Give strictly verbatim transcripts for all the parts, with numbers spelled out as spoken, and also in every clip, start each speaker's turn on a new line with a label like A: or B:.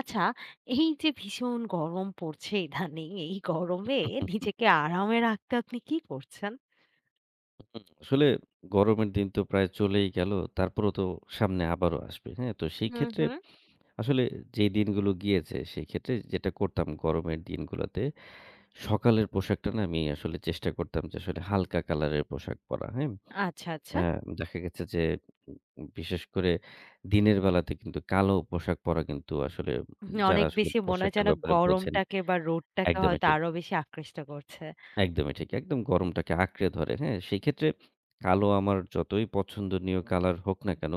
A: আচ্ছা, এই যে ভীষণ গরম পড়ছে ইদানিং, এই গরমে
B: হুম, হুম।
A: নিজেকে আরামে রাখতে আপনি কি করছেন?
B: আসলে গরমের দিন তো প্রায় চলেই গেল। তারপরেও তো সামনে আবারও আসবে। হ্যাঁ? তো সেই
A: হুম,
B: ক্ষেত্রে
A: হুম।
B: আসলে যে দিনগুলো গিয়েছে সেই ক্ষেত্রে যেটা করতাম গরমের দিনগুলোতে সকালের পোশাকটা না আমি আসলে চেষ্টা করতাম যে আসলে হালকা কালারের পোশাক পরা। হ্যাঁ?
A: আচ্ছা,
B: আ
A: আচ্ছা।
B: দেখা গেছে যে উম বিশেষ করে দিনের বেলাতে কিন্তু কালো পোশাক পরা কিন্তু আসলে
A: হুম,
B: যারা
A: অনেক
B: আসলে
A: বেশি মনে হয়
B: পোশাকের
A: যেন
B: ব্যাপারে বোঝেন
A: গরমটাকে বা রোদটাকে
B: একদমই
A: হয়তো
B: ঠিক।
A: আরো বেশি আকৃষ্ট করছে।
B: একদমই ঠিক। একদম গরমটাকে আঁকড়ে ধরে, হ্যাঁ? সেক্ষেত্রে কালো আমার যতই পছন্দনীয় কালার হোক না কেন,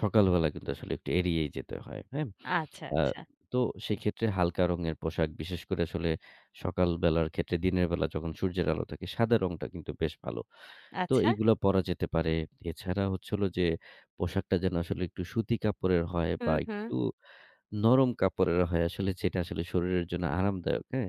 B: সকালবেলা কিন্তু আসলে একটু এড়িয়েই যেতে হয়, হ্যাঁ?
A: আচ্ছা,
B: আ
A: আচ্ছা,
B: তো সেক্ষেত্রে হালকা রঙের পোশাক বিশেষ করে আসলে সকাল বেলার ক্ষেত্রে দিনের বেলা যখন সূর্যের আলো থাকে সাদা রংটা কিন্তু বেশ ভালো। তো
A: আচ্ছা।
B: এইগুলা পরা যেতে পারে। এছাড়া হচ্ছে হলো যে পোশাকটা যেন আসলে একটু সুতি কাপড়ের হয় বা
A: হুম, হুম।
B: একটু নরম কাপড়ের হয় আসলে যেটা আসলে শরীরের জন্য আরামদায়ক, হ্যাঁ?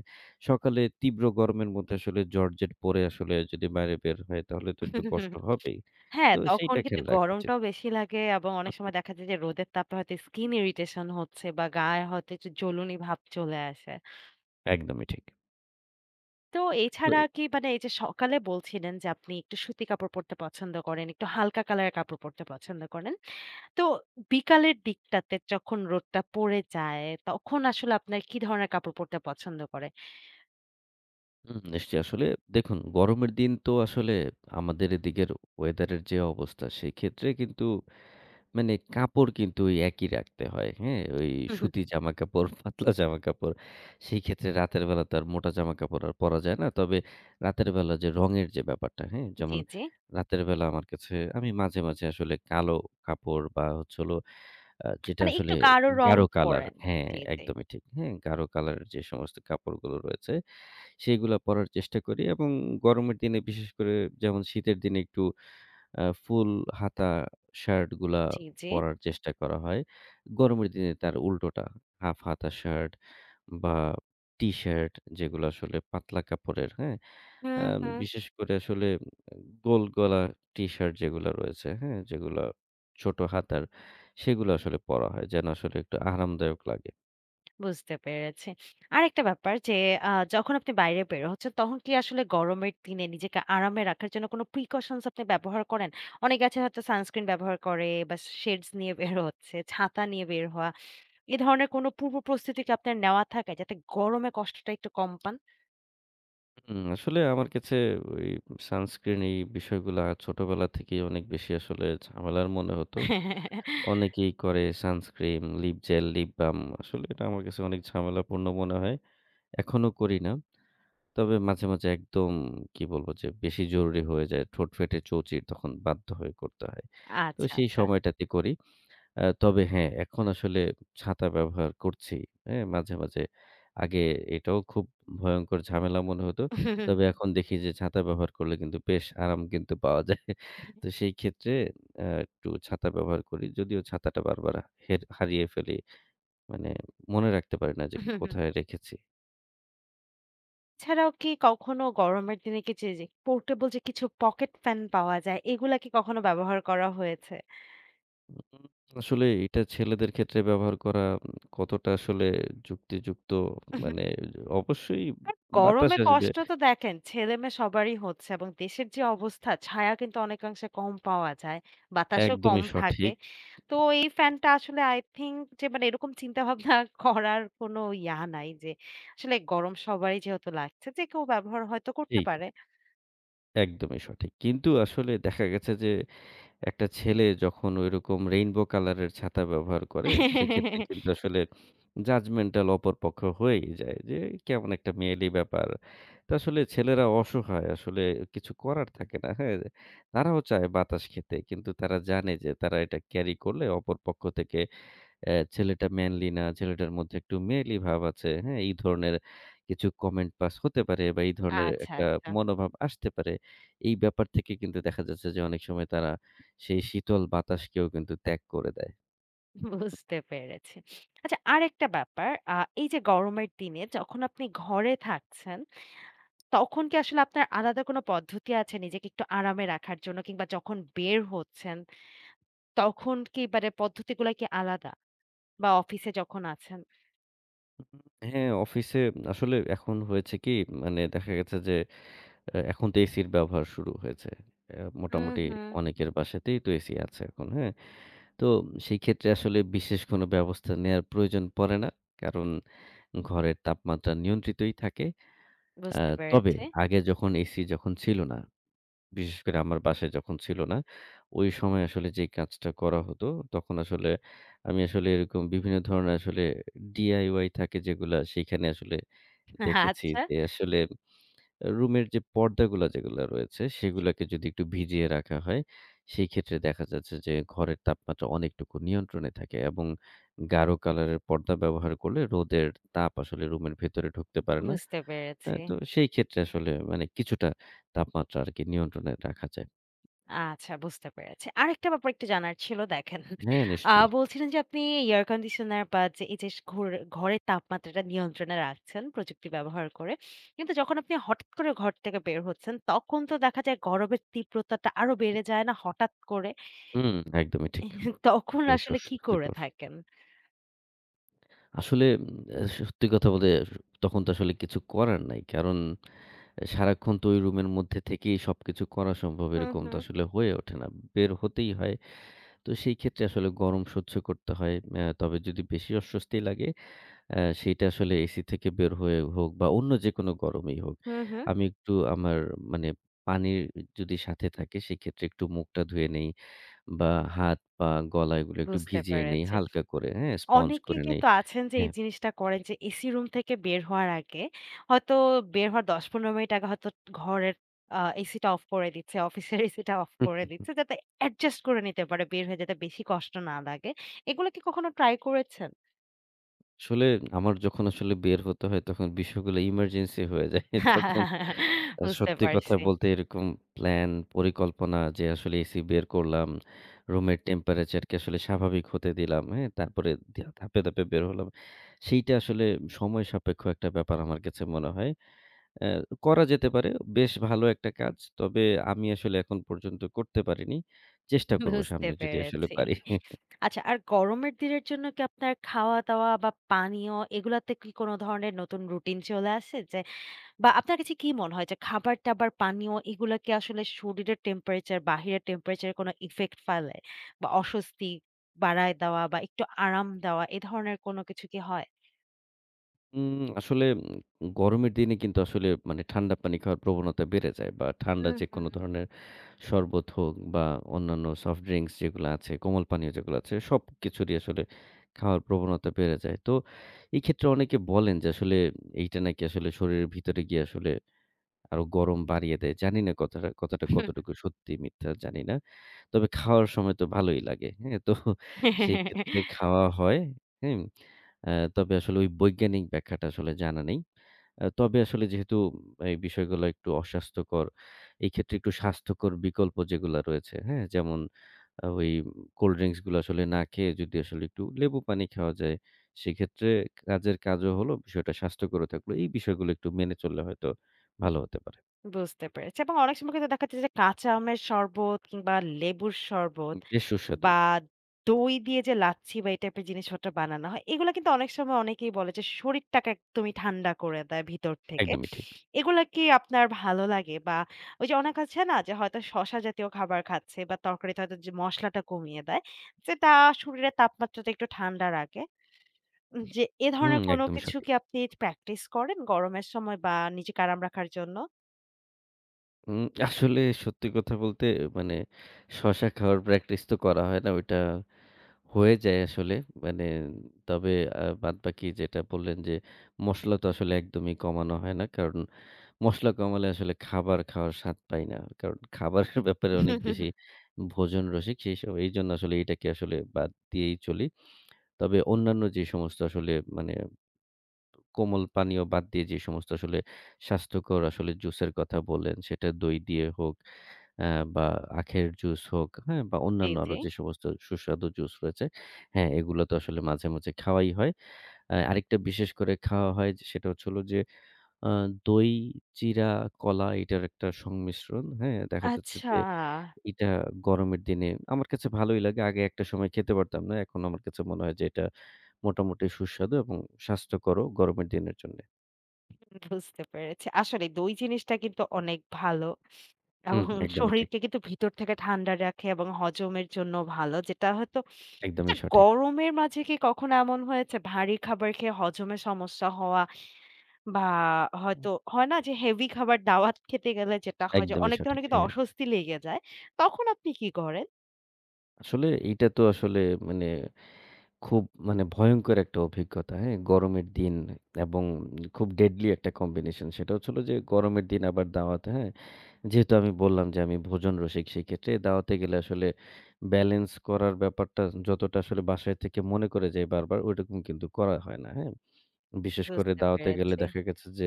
B: সকালে তীব্র গরমের মধ্যে আসলে জর্জেট পরে আসলে যদি বাইরে বের হয় তাহলে তো একটু কষ্ট হবেই।
A: হ্যাঁ,
B: তো
A: তখন
B: সেইটা
A: কিন্তু
B: খেয়াল রাখা উচিত।
A: গরমটাও বেশি লাগে এবং অনেক
B: হুম,
A: সময় দেখা যায় যে রোদের তাপে হয়তো স্কিন ইরিটেশন হচ্ছে বা গায়ে হয়তো একটু জ্বলুনি ভাব চলে আসে।
B: একদমই ঠিক।
A: তো
B: তো
A: এছাড়া
B: এ
A: কি মানে এই যে সকালে বলছিলেন যে আপনি একটু সুতি কাপড় পরতে পছন্দ করেন, একটু হালকা কালারের কাপড় পরতে পছন্দ করেন। তো বিকালের দিকটাতে যখন রোদটা পড়ে যায় তখন আসলে আপনার কি ধরনের কাপড় পরতে পছন্দ করে?
B: হুম, নিশ্চয়ই আসলে দেখুন গরমের দিন তো আসলে আমাদের এদিকের ওয়েদারের যে অবস্থা সেক্ষেত্রে কিন্তু মানে কাপড় কিন্তু ওই একই রাখতে হয়। হ্যাঁ? ওই
A: হুম, হুম, হুম।
B: সুতি জামাকাপড়, পাতলা জামাকাপড়। সেই ক্ষেত্রে রাতের বেলা তো আর মোটা জামাকাপড় আর পরা যায় না। তবে রাতের বেলা যে রঙের যে ব্যাপারটা, হ্যাঁ? যেমন
A: জি, জি।
B: রাতের বেলা আমার কাছে আমি মাঝে, মাঝে আসলে কালো কাপড় বা হচ্ছে হলো আ যেটা
A: মানে
B: আসলে
A: একটু গাঢ় রং
B: গাঢ় কালার
A: পড়েন।
B: হ্যাঁ,
A: জি, জি।
B: একদমই ঠিক। হ্যাঁ? গাঢ় কালারের যে সমস্ত কাপড়গুলো রয়েছে, সেইগুলা পরার চেষ্টা করি এবং গরমের দিনে বিশেষ করে যেমন শীতের দিনে একটু আ ফুল হাতা শার্টগুলা
A: জি, জি।
B: পরার চেষ্টা করা হয়। গরমের দিনে তার উল্টোটা। হাফ হাতা শার্ট বা টি-শার্ট যেগুলো আসলে পাতলা কাপড়ের, হ্যাঁ? আ
A: হুম, হুম।
B: বিশেষ করে আসলে গোল গলা টি-শার্ট যেগুলো রয়েছে, হ্যাঁ? যেগুলা ছোট হাতার, সেগুলো আসলে পরা হয়। যেন আসলে একটু আরামদায়ক লাগে।
A: বুঝতে পেরেছি। আরেকটা ব্যাপার যে আ যখন আপনি বাইরে বের হচ্ছেন, তখন কি আসলে গরমের দিনে নিজেকে আরামে রাখার জন্য কোনো precautions আপনি ব্যবহার করেন? অনেকে আছে হয়তো সানস্ক্রিন ব্যবহার করে বা shades নিয়ে বের হচ্ছে, ছাতা নিয়ে বের হওয়া। এ ধরনের কোনো পূর্ব প্রস্তুতি কি আপনার নেওয়া থাকে যাতে গরমে কষ্টটা একটু কম পান?
B: হুম, আসলে আমার কাছে ওই সানস্ক্রিন এই বিষয়গুলা ছোটবেলা থেকেই অনেক বেশি আসলে ঝামেলার মনে হতো। অনেকেই করে sunscreen, lip gel, lip balm. আসলে এটা আমার কাছে অনেক ঝামেলাপূর্ণ মনে হয়। এখনো করি না। তবে মাঝে, মাঝে একদম কি বলব যে বেশি জরুরি হয়ে যায়। ঠোঁট ফেটে চৌচির তখন বাধ্য হয়ে করতে হয়। তো
A: আচ্ছা,
B: সেই
A: আচ্ছা।
B: সময়টাতে করি। আ তবে হ্যাঁ, এখন আসলে ছাতা ব্যবহার করছি। হ্যাঁ? মাঝে, মাঝে। আগে এটাও খুব ভয়ংকর ঝামেলা মনে হতো। তবে এখন দেখি যে ছাতা ব্যবহার করলে কিন্তু বেশ আরাম কিন্তু পাওয়া যায়। তো সেই ক্ষেত্রে আ একটু ছাতা ব্যবহার করি। যদিও ছাতাটা বারবার হের হারিয়ে ফেলি। মানে মনে রাখতে পারি না যে কোথায় রেখেছি।
A: এছাড়াও কি কখনো গরমের দিনে কি যে, পোর্টেবল যে portable যে কিছু পকেট ফ্যান পাওয়া যায়, এগুলা কি কখনো ব্যবহার করা হয়েছে?
B: উম আসলে এটা ছেলেদের ক্ষেত্রে ব্যবহার করা উম কতটা আসলে যুক্তিযুক্ত মানে অবশ্যই
A: আর
B: বাতাস
A: গরমে
B: আসবে।
A: কষ্ট তো দেখেন ছেলেমেয়ে সবারই হচ্ছে এবং দেশের যে অবস্থা ছায়া কিন্তু অনেকাংশে কম পাওয়া যায়, বাতাসও কম
B: একদমই
A: থাকে।
B: সঠিক।
A: তো এই ফ্যানটা আসলে আই থিংক যে মানে এরকম চিন্তাভাবনা করার কোনো ইয়া নাই যে আসলে গরম সবারই যেহেতু লাগছে যে কেউ ব্যবহার হয়তো করতে
B: ঠিক।
A: পারে।
B: একদমই সঠিক। কিন্তু আসলে দেখা গেছে যে একটা ছেলে যখন ঐরকম রেইনবো কালারের ছাতা ব্যবহার করে, সেক্ষেত্রে কিন্তু আসলে জাজমেন্টাল অপর পক্ষ হয়েই যায় যে কেমন একটা মেয়েলি ব্যাপার। তো আসলে ছেলেরা অসহায় আসলে কিছু করার থাকে না। হ্যাঁ? তারাও চায় বাতাস খেতে। কিন্তু তারা জানে যে তারা এটা ক্যারি করলে অপর পক্ষ থেকে অ্যা ছেলেটা manly না, ছেলেটার মধ্যে একটু মেয়েলি ভাব আছে। হ্যাঁ? এই ধরনের কিছু কমেন্ট পাস হতে পারে বা এই ধরনের
A: আচ্ছা,
B: একটা
A: আচ্ছা
B: মনোভাব আসতে পারে। এই ব্যাপার থেকে কিন্তু দেখা যাচ্ছে যে অনেক সময় তারা সেই শীতল বাতাসকেও কিন্তু ত্যাগ করে দেয়।
A: বুঝতে পেরেছি। আচ্ছা আরেকটা ব্যাপার আ এই যে গরমের দিনে যখন আপনি ঘরে থাকছেন তখন কি আসলে আপনার আলাদা কোনো পদ্ধতি আছে নিজেকে একটু আরামে রাখার জন্য? কিংবা যখন বের হচ্ছেন, তখন কি মানে পদ্ধতিগুলা কি আলাদা? বা অফিসে যখন আছেন?
B: হ্যাঁ, অফিসে আসলে এখন হয়েছে কি মানে দেখা গেছে যে অ্যা এখন তো এসির ব্যবহার শুরু হয়েছে। অ্যা
A: হুম,
B: মোটামুটি
A: হুম।
B: অনেকের বাসাতেই তো এসি আছে এখন। হ্যাঁ? তো সেই ক্ষেত্রে আসলে বিশেষ কোনো ব্যবস্থা নেয়ার প্রয়োজন পড়ে না। কারণ ঘরের তাপমাত্রা নিয়ন্ত্রিতই থাকে। আ
A: বুঝতে
B: তবে
A: পেরেছি।
B: আগে যখন এসি যখন ছিল না, বিশেষ করে আমার বাসায় যখন ছিল না, ওই সময় আসলে যে কাজটা করা হতো, তখন আসলে আমি আসলে এরকম বিভিন্ন ধরনের আসলে ডিআইওয়াই থাকে যেগুলা, সেখানে আসলে দেখেছি
A: আচ্ছা,
B: যে আসলে রুমের যে পর্দাগুলা যেগুলা রয়েছে, সেগুলাকে যদি একটু ভিজিয়ে রাখা হয়, সেই ক্ষেত্রে দেখা যাচ্ছে যে ঘরের তাপমাত্রা অনেকটুকু নিয়ন্ত্রণে থাকে এবং গাঢ় কালারের পর্দা ব্যবহার করলে রোদের তাপ আসলে রুমের ভেতরে ঢুকতে পারে না।
A: বুঝতে
B: আ
A: পেরেছি।
B: তো সেই ক্ষেত্রে আসলে মানে কিছুটা তাপমাত্রা আরকি নিয়ন্ত্রণে রাখা যায়।
A: আচ্ছা বুঝতে পেরেছি। আরেকটা ব্যাপার একটু জানার ছিল দেখেন,
B: হ্যাঁ,
A: আ
B: নিশ্চয়ই। জি।
A: বলছিলেন যে আপনি এয়ার কন্ডিশনার বা যে এই যে ঘর ঘরের তাপমাত্রাটা নিয়ন্ত্রণে রাখছেন প্রযুক্তি ব্যবহার করে। কিন্তু যখন আপনি হঠাৎ করে ঘর থেকে বের হচ্ছেন তখন তো দেখা যায় গরমের তীব্রতাটা আরো বেড়ে যায় না হঠাৎ করে?
B: হুম, একদমই ঠিক।
A: তখন
B: বেশ
A: আসলে কি করে
B: অস্বস্তিকর।
A: থাকেন?
B: আসলে উম সত্যি কথা বলতে তখন তো আসলে কিছু করার নাই। কারণ সারাক্ষণ তো ওই রুমের মধ্যে থেকেই সবকিছু করা সম্ভব
A: হুম,
B: এরকম তো
A: হুম,
B: আসলে হয়ে ওঠে না। বের হতেই হয়। তো সেই ক্ষেত্রে আসলে গরম সহ্য করতে হয়। আ তবে যদি বেশি অস্বস্তি লাগে অ্যা সেইটা আসলে এসি থেকে বের হয়ে হোক বা অন্য যেকোনো গরমেই হোক,
A: হুম, হুম।
B: আমি একটু আমার মানে পানির যদি সাথে থাকে সেক্ষেত্রে একটু মুখটা ধুয়ে নেই বা হাত, পা, গলা এগুলো একটু
A: বুঝতে
B: ভিজিয়ে নেই
A: পেরেছি।
B: হালকা করে, হ্যাঁ? স্পঞ্জ
A: অনেকে
B: করে নেই।
A: কিন্তু আছেন যে এই
B: হ্যাঁ।
A: জিনিসটা করেন যে এসি রুম থেকে বের হওয়ার আগে হয়তো বের হওয়ার দশ পনেরো মিনিট আগে হয়তো ঘরের আ এসিটা অফ করে দিচ্ছে, অফিসের এসিটা অফ করে দিচ্ছে যাতে অ্যাডজাস্ট করে নিতে পারে বের হয়ে যাতে বেশি কষ্ট না লাগে। এগুলো কি কখনো ট্রাই করেছেন?
B: আসলে আমার যখন আসলে বের হতে হয় তখন বিষয়গুলো ইমার্জেন্সি হয়ে যায়। তখন আ
A: বুঝতে
B: সত্যি কথা
A: পারছি।
B: বলতে এরকম প্ল্যান, পরিকল্পনা যে আসলে এসি বের করলাম, রুমের টেম্পারেচারকে আসলে স্বাভাবিক হতে দিলাম, হ্যাঁ? তারপরে ধা ধাপে, ধাপে বের হলাম। সেইটা আসলে সময় সাপেক্ষ একটা ব্যাপার আমার কাছে মনে হয়। অ্যা করা যেতে পারে, বেশ ভালো একটা কাজ। তবে আমি আসলে এখন পর্যন্ত করতে পারিনি। চেষ্টা করব
A: বুঝতে
B: সামনে যদি আসলে
A: পেরেছি।
B: পারি।
A: আচ্ছা আর গরমের দিনের জন্য কি আপনার খাওয়া-দাওয়া বা পানীয় এগুলাতে কি কোন ধরনের নতুন রুটিন চলে আসে? যে বা আপনার কাছে কি মনে হয় যে খাবার-দাবার, পানীয় এগুলা কি আসলে শরীরের টেম্পারেচার, বাহিরের টেম্পারেচার এর কোনো ইফেক্ট ফেলে? বা অস্বস্তি বাড়ায় দেওয়া বা একটু আরাম দেওয়া এ ধরনের কোনো কিছু কি হয়?
B: উম আসলে উম গরমের দিনে কিন্তু আসলে মানে ঠান্ডা পানি খাওয়ার প্রবণতা বেড়ে যায় বা ঠান্ডা
A: হুম, হুম।
B: যেকোনো ধরনের শরবত হোক বা অন্যান্য সফট ড্রিংকস যেগুলো আছে, কোমল পানীয় যেগুলো আছে, সবকিছুরই আসলে খাওয়ার প্রবণতা বেড়ে যায়। তো এই ক্ষেত্রে অনেকে বলেন যে আসলে এইটা নাকি আসলে শরীরের ভিতরে গিয়ে আসলে আরো গরম বাড়িয়ে দেয়। জানি না কথাটা কথাটা কতটুকু সত্যি মিথ্যা জানি না। তবে খাওয়ার সময় তো ভালোই লাগে। হ্যাঁ? তো সেই ক্ষেত্রে খাওয়া হয়। হুম? আ তবে আসলে ওই বৈজ্ঞানিক ব্যাখ্যাটা আসলে জানা নেই। আ তবে আসলে যেহেতু এই বিষয়গুলো একটু অস্বাস্থ্যকর, এই ক্ষেত্রে একটু স্বাস্থ্যকর বিকল্প যেগুলা রয়েছে, হ্যাঁ? যেমন আ ওই কোল্ড ড্রিংকস গুলো আসলে না খেয়ে যদি আসলে একটু লেবু পানি খাওয়া যায়, সেক্ষেত্রে কাজের কাজও হলো, বিষয়টা স্বাস্থ্যকরও থাকলো। এই বিষয়গুলো একটু মেনে চললে হয়তো ভালো হতে পারে।
A: বুঝতে পেরেছি এবং অনেক সময় কিন্তু দেখা যাচ্ছে যে কাঁচা আমের শরবত কিংবা লেবুর শরবত
B: বেশ সুস্বাদু।
A: বা দই দিয়ে যে লাচ্ছি বা এই টাইপের জিনিসপত্র বানানো হয় এগুলো কিন্তু অনেক সময় অনেকেই বলে যে শরীরটাকে একদমই ঠান্ডা করে দেয় ভিতর থেকে
B: একদমই ঠিক।
A: এগুলা কি আপনার ভালো লাগে বা ওই যে অনেক আছে না যে হয়তো শসা জাতীয় খাবার খাচ্ছে বা তরকারিতে হয়তো যে মশলাটা কমিয়ে দেয় যেটা শরীরের তাপমাত্রাটা একটু ঠান্ডা রাখে উম, যে এ
B: হুম,
A: ধরনের কোনো
B: একদমই
A: কিছু
B: সঠিক।
A: কি আপনি প্র্যাকটিস করেন গরমের সময় বা নিজেকে আরাম রাখার জন্য
B: উম আসলে সত্যি কথা বলতে মানে শশা খাওয়ার প্র্যাকটিস তো করা হয় না। ওইটা হয়ে যায় আসলে। মানে তবে আ বাদবাকি যেটা বললেন যে, মসলা তো আসলে একদমই কমানো হয় না। কারণ মসলা কমালে আসলে খাবার খাওয়ার স্বাদ পাই না। কারণ খাবারের ব্যাপারে অনেক বেশি ভোজন রসিক। সেই স এইজন্য আসলে এটাকে আসলে বাদ দিয়েই চলি। তবে অন্যান্য যে সমস্ত আসলে মানে কোমল পানীয় বাদ দিয়ে যে সমস্ত আসলে স্বাস্থ্যকর আসলে জুসের কথা বললেন, সেটা দই দিয়ে হোক আ বা আখের জুস হোক, হ্যাঁ? বা
A: জি,
B: অন্যান্য আরো
A: জি।
B: যে সমস্ত সুস্বাদু জুস রয়েছে, হ্যাঁ, এগুলো তো আসলে মাঝে, মাঝে খাওয়াই হয়। আ আরেকটা বিশেষ করে খাওয়া হয় যে সেটা হচ্ছে হলো যে আ দই, চিরা, কলা এটার একটা সংমিশ্রণ, হ্যাঁ? দেখা যাচ্ছে
A: আচ্ছা,
B: যে এটা গরমের দিনে আমার কাছে ভালোই লাগে। আগে একটা সময় খেতে পারতাম না। এখন আমার কাছে মনে হয় যে এটা মোটামুটি সুস্বাদু এবং স্বাস্থ্যকরও গরমের দিনের জন্যে।
A: বুঝতে পেরেছি। আসলে দই জিনিসটা কিন্তু অনেক ভালো
B: হুম,
A: এবং
B: একদমই ঠিক।
A: শরীরকে কিন্তু ভিতর থেকে ঠান্ডা রাখে এবং হজমের জন্য ভালো। যেটা হয়তো আচ্ছা
B: একদমই সঠিক।
A: গরমের মাঝে কি কখনো এমন হয়েছে ভারী খাবার খেয়ে হজমে সমস্যা হওয়া বা হয়তো হয় না যে হেভি খাবার দাওয়াত খেতে গেলে যেটা হয় যে
B: একদমই
A: অনেক
B: সঠিক।
A: ধরনের কিন্তু
B: হ্যাঁ,
A: অস্বস্তি লেগে যায়। তখন আপনি কি করেন?
B: আসলে এইটা তো আসলে মানে খুব মানে ভয়ংকর একটা অভিজ্ঞতা, হ্যাঁ? গরমের দিন এবং খুব deadly একটা combination সেটা হচ্ছিল যে গরমের দিন আবার দাওয়াতে, হ্যাঁ? যেহেতু আমি বললাম যে আমি ভোজন রসিক সেক্ষেত্রে দাওয়াতে গেলে আসলে ব্যালেন্স করার ব্যাপারটা যতটা আসলে বাসায় থেকে মনে করে যাই বারবার ওইরকম কিন্তু করা হয় না, হ্যাঁ? বিশেষ করে
A: বুঝতে
B: দাওয়াতে গেলে
A: পেরেছি।
B: দেখা গেছে যে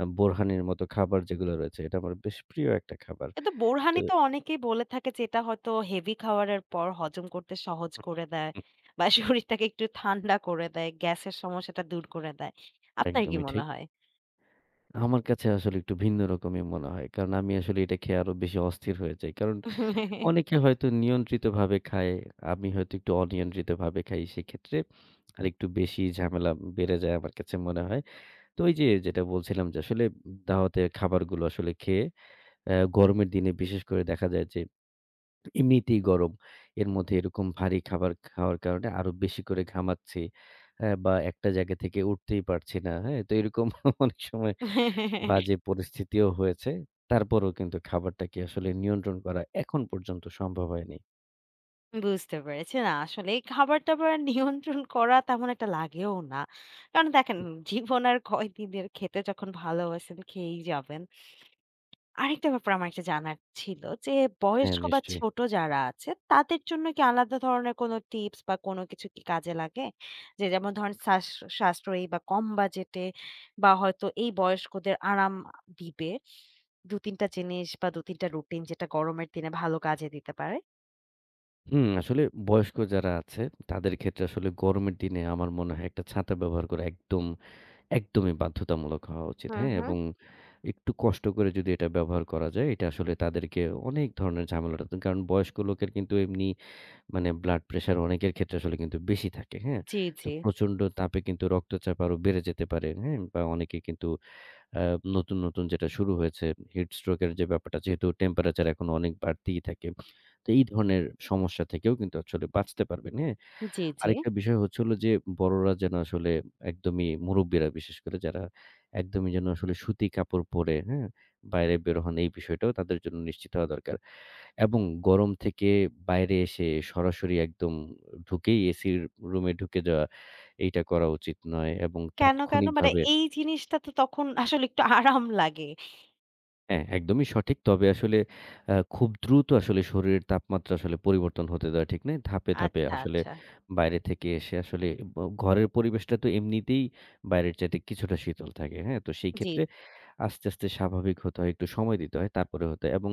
B: আ বোরহানির মতো খাবার যেগুলো রয়েছে এটা আমার বেশ প্রিয় একটা খাবার।
A: কিন্তু
B: তো
A: বোরহানি তো অনেকেই বলে থাকে যে এটা হয়তো হেভি খাবারের পর হজম করতে সহজ করে দেয় বা শরীরটাকে একটু ঠান্ডা করে দেয়, গ্যাসের সমস্যাটা দূর করে দেয়। আপনার কি
B: একদমই
A: মনে
B: ঠিক।
A: হয়?
B: আমার কাছে আসলে একটু ভিন্ন রকমই মনে হয়। কারণ আমি আসলে এটা খেয়ে আরো বেশি অস্থির হয়ে যাই। কারণ অনেকে হয়তো নিয়ন্ত্রিতভাবে খায়, আমি হয়তো একটু অনিয়ন্ত্রিতভাবে খাই। সেক্ষেত্রে আরেকটু বেশি ঝামেলা বেড়ে যায় আমার কাছে মনে হয়। তো ওই যে যেটা বলছিলাম যে আসলে দাওয়াতের খাবারগুলো আসলে খেয়ে আ গরমের দিনে বিশেষ করে দেখা যায় যে এমনিতেই গরম। এর মধ্যে এরকম ভারী খাবার খাওয়ার কারণে আরো বেশি করে ঘামাচ্ছি। হ্যাঁ? বা একটা জায়গা থেকে উঠতেই পারছি না। হ্যাঁ? তো এরকম অনেক সময় বাজে পরিস্থিতিও হয়েছে। তারপরেও কিন্তু খাবারটাকে আসলে নিয়ন্ত্রণ করা এখন পর্যন্ত সম্ভব হয়নি।
A: বুঝতে পেরেছি। না আসলে এই খাবার-দাবার নিয়ন্ত্রণ করা তেমন একটা লাগেও না। কারণ দেখেন জীবন আর কয়দিনের খেতে যখন ভালোবাসেন খেয়েই যাবেন। আরেকটা ব্যাপার আমার একটা জানার ছিল যে,
B: হ্যাঁ,
A: বয়স্ক বা
B: নিশ্চয়ই।
A: ছোট যারা আছে, তাদের জন্য কি আলাদা ধরনের কোনো টিপস বা কোনো কিছু কি কাজে লাগে? যে যেমন ধরেন শ্বাস সাশ্রয়ী বা কম বাজেটে বা হয়তো এই বয়স্কদের আরাম দিবে। দুই তিন টা জিনিস বা দুই তিন টা রুটিন যেটা গরমের দিনে ভালো কাজে দিতে পারে।
B: হুম, আসলে বয়স্ক যারা আছে তাদের ক্ষেত্রে আসলে গরমের দিনে আমার মনে হয় একটা ছাতা ব্যবহার করা একদম, একদমই বাধ্যতামূলক হওয়া উচিত।
A: হুম,
B: হ্যাঁ?
A: হুম।
B: এবং একটু কষ্ট করে যদি এটা ব্যবহার করা যায় এটা আসলে তাদেরকে অনেক ধরনের ঝামেলাটা কারণ বয়স্ক লোকের কিন্তু এমনি মানে ব্লাড প্রেশার অনেকের ক্ষেত্রে আসলে কিন্তু বেশি থাকে। হ্যাঁ?
A: জি,
B: তো
A: জি।
B: প্রচন্ড তাপে কিন্তু রক্তচাপ আরো বেড়ে যেতে পারে। হ্যাঁ? বা অনেকে কিন্তু আ নতুন, নতুন যেটা শুরু হয়েছে হিট স্ট্রোক এর যে ব্যাপারটা যেহেতু টেম্পারেচার এখন অনেক বাড়তিই থাকে। তো এই ধরনের সমস্যা থেকেও কিন্তু আসলে বাঁচতে পারবেন, হ্যাঁ?
A: জি, জি।
B: আরেকটা বিষয় হচ্ছে হলো যে বড়রা যেন আসলে একদমই মুরুব্বিরা বিশেষ করে যারা একদমই যেন আসলে সুতি কাপড় পরে, হ্যাঁ? বাইরে বের হন এই বিষয়টাও তাদের জন্য নিশ্চিত হওয়া দরকার। এবং গরম থেকে বাইরে এসে সরাসরি একদম ঢুকেই এসির রুমে ঢুকে যাওয়া এইটা করা উচিত নয় এবং
A: কেন, কেন? মানে
B: তাৎক্ষণিকভাবে
A: এই জিনিসটা তো তখন আসলে একটু আরাম লাগে।
B: হ্যাঁ, একদমই সঠিক। তবে আসলে আ খুব দ্রুত আসলে শরীরের তাপমাত্রা আসলে পরিবর্তন হতে দেওয়া ঠিক নয়। ধাপে, ধাপে
A: আচ্ছা,
B: আসলে
A: আচ্ছা।
B: বাইরে থেকে এসে আসলে ব ঘরের পরিবেশটা তো এমনিতেই বাইরের চাইতে কিছুটা শীতল থাকে। হ্যাঁ? তো সেই
A: জি,
B: ক্ষেত্রে আস্তে, আস্তে স্বাভাবিক হতে হয়, একটু সময় দিতে হয়, তারপরে হতে হয় এবং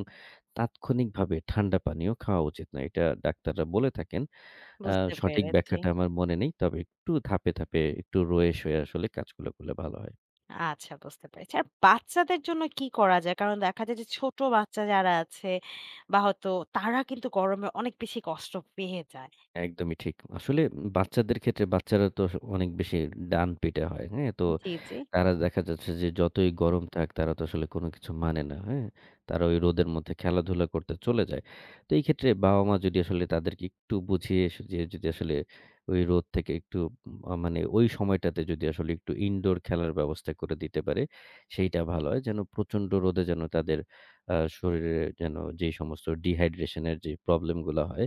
B: তাৎক্ষণিকভাবে ঠান্ডা পানীয় খাওয়া উচিত না। এটা ডাক্তাররা বলে থাকেন। আ
A: বুঝতে
B: সঠিক
A: পেরেছি।
B: ব্যাখ্যাটা আমার মনে নেই। তবে একটু ধাপে, ধাপে একটু রয়ে-সয়ে আসলে কাজগুলো করলে ভালো হয়।
A: আচ্ছা বুঝতে পেরেছি। আর বাচ্চাদের জন্য কি করা যায়? কারণ দেখা যায় যে ছোট বাচ্চা যারা আছে বা হয়তো তারা কিন্তু গরমে অনেক বেশি কষ্ট পেয়ে যায়।
B: একদমই ঠিক। আসলে বাচ্চাদের ক্ষেত্রে বাচ্চারা তো আস অনেক বেশি ডানপিটে হয়। হ্যাঁ? তো
A: জি, জি,
B: তারা দেখা যাচ্ছে যে যতই গরম থাক তারা তো আসলে কোনো কিছু মানে না। হ্যাঁ? তারা ওই রোদের মধ্যে খেলাধুলা করতে চলে যায়। তো এই ক্ষেত্রে বাবা-মা যদি আসলে তাদেরকে একটু বুঝিয়ে সুঝিয়ে যদি আসলে ওই রোদ থেকে একটু আ মানে ওই সময়টাতে যদি আসলে একটু ইনডোর খেলার ব্যবস্থা করে দিতে পারে, সেইটা ভালো হয়। যেন প্রচণ্ড রোদে যেন তাদের আ শরীরে যেন যেই সমস্ত ডিহাইড্রেশন এর যে প্রবলেম গুলা হয়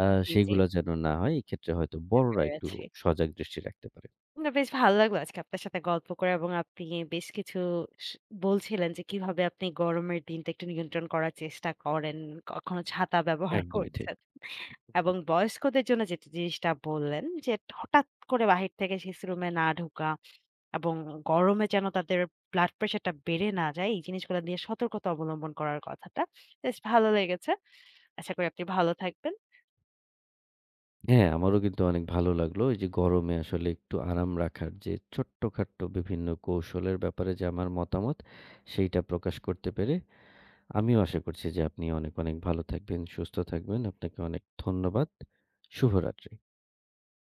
B: আ
A: জি, জি।
B: সেইগুলা যেন না হয়। এক্ষেত্রে হয়তো
A: বুঝতে
B: বড়রা একটু
A: পেরেছি।
B: সজাগ দৃষ্টি রাখতে পারে।
A: না বেশ ভালো লাগলো আজকে আপনার সাথে গল্প করে এবং আপনি বেশ কিছু স বলছিলেন যে কিভাবে আপনি গরমের দিনটা একটু নিয়ন্ত্রণ করার চেষ্টা করেন, কখনো ছাতা ব্যবহার
B: একদমই ঠিক।
A: করছেন। এবং বয়স্কদের জন্য যেটা জিনিসটা বললেন যে, হঠাৎ করে বাহির থেকে সিসি রুমে না ঢোকা এবং গরমে যেন তাদের ব্লাড প্রেশারটা বেড়ে না যায়, এই জিনিসগুলো নিয়ে সতর্কতা অবলম্বন করার কথাটা বেশ ভালো লেগেছে। আশা করি আপনি ভালো থাকবেন।
B: হ্যাঁ, আমারও কিন্তু অনেক ভালো লাগলো। এই যে গরমে আসলে একটু আরাম রাখার যে ছোট্টখাট্ট বিভিন্ন কৌশলের ব্যাপারে যে আমার মতামত, সেইটা প্রকাশ করতে পেরে আমিও আশা করছি যে আপনি অনেক, অনেক ভালো থাকবেন, সুস্থ থাকবেন। আপনাকে অনেক ধন্যবাদ। শুভরাত্রি।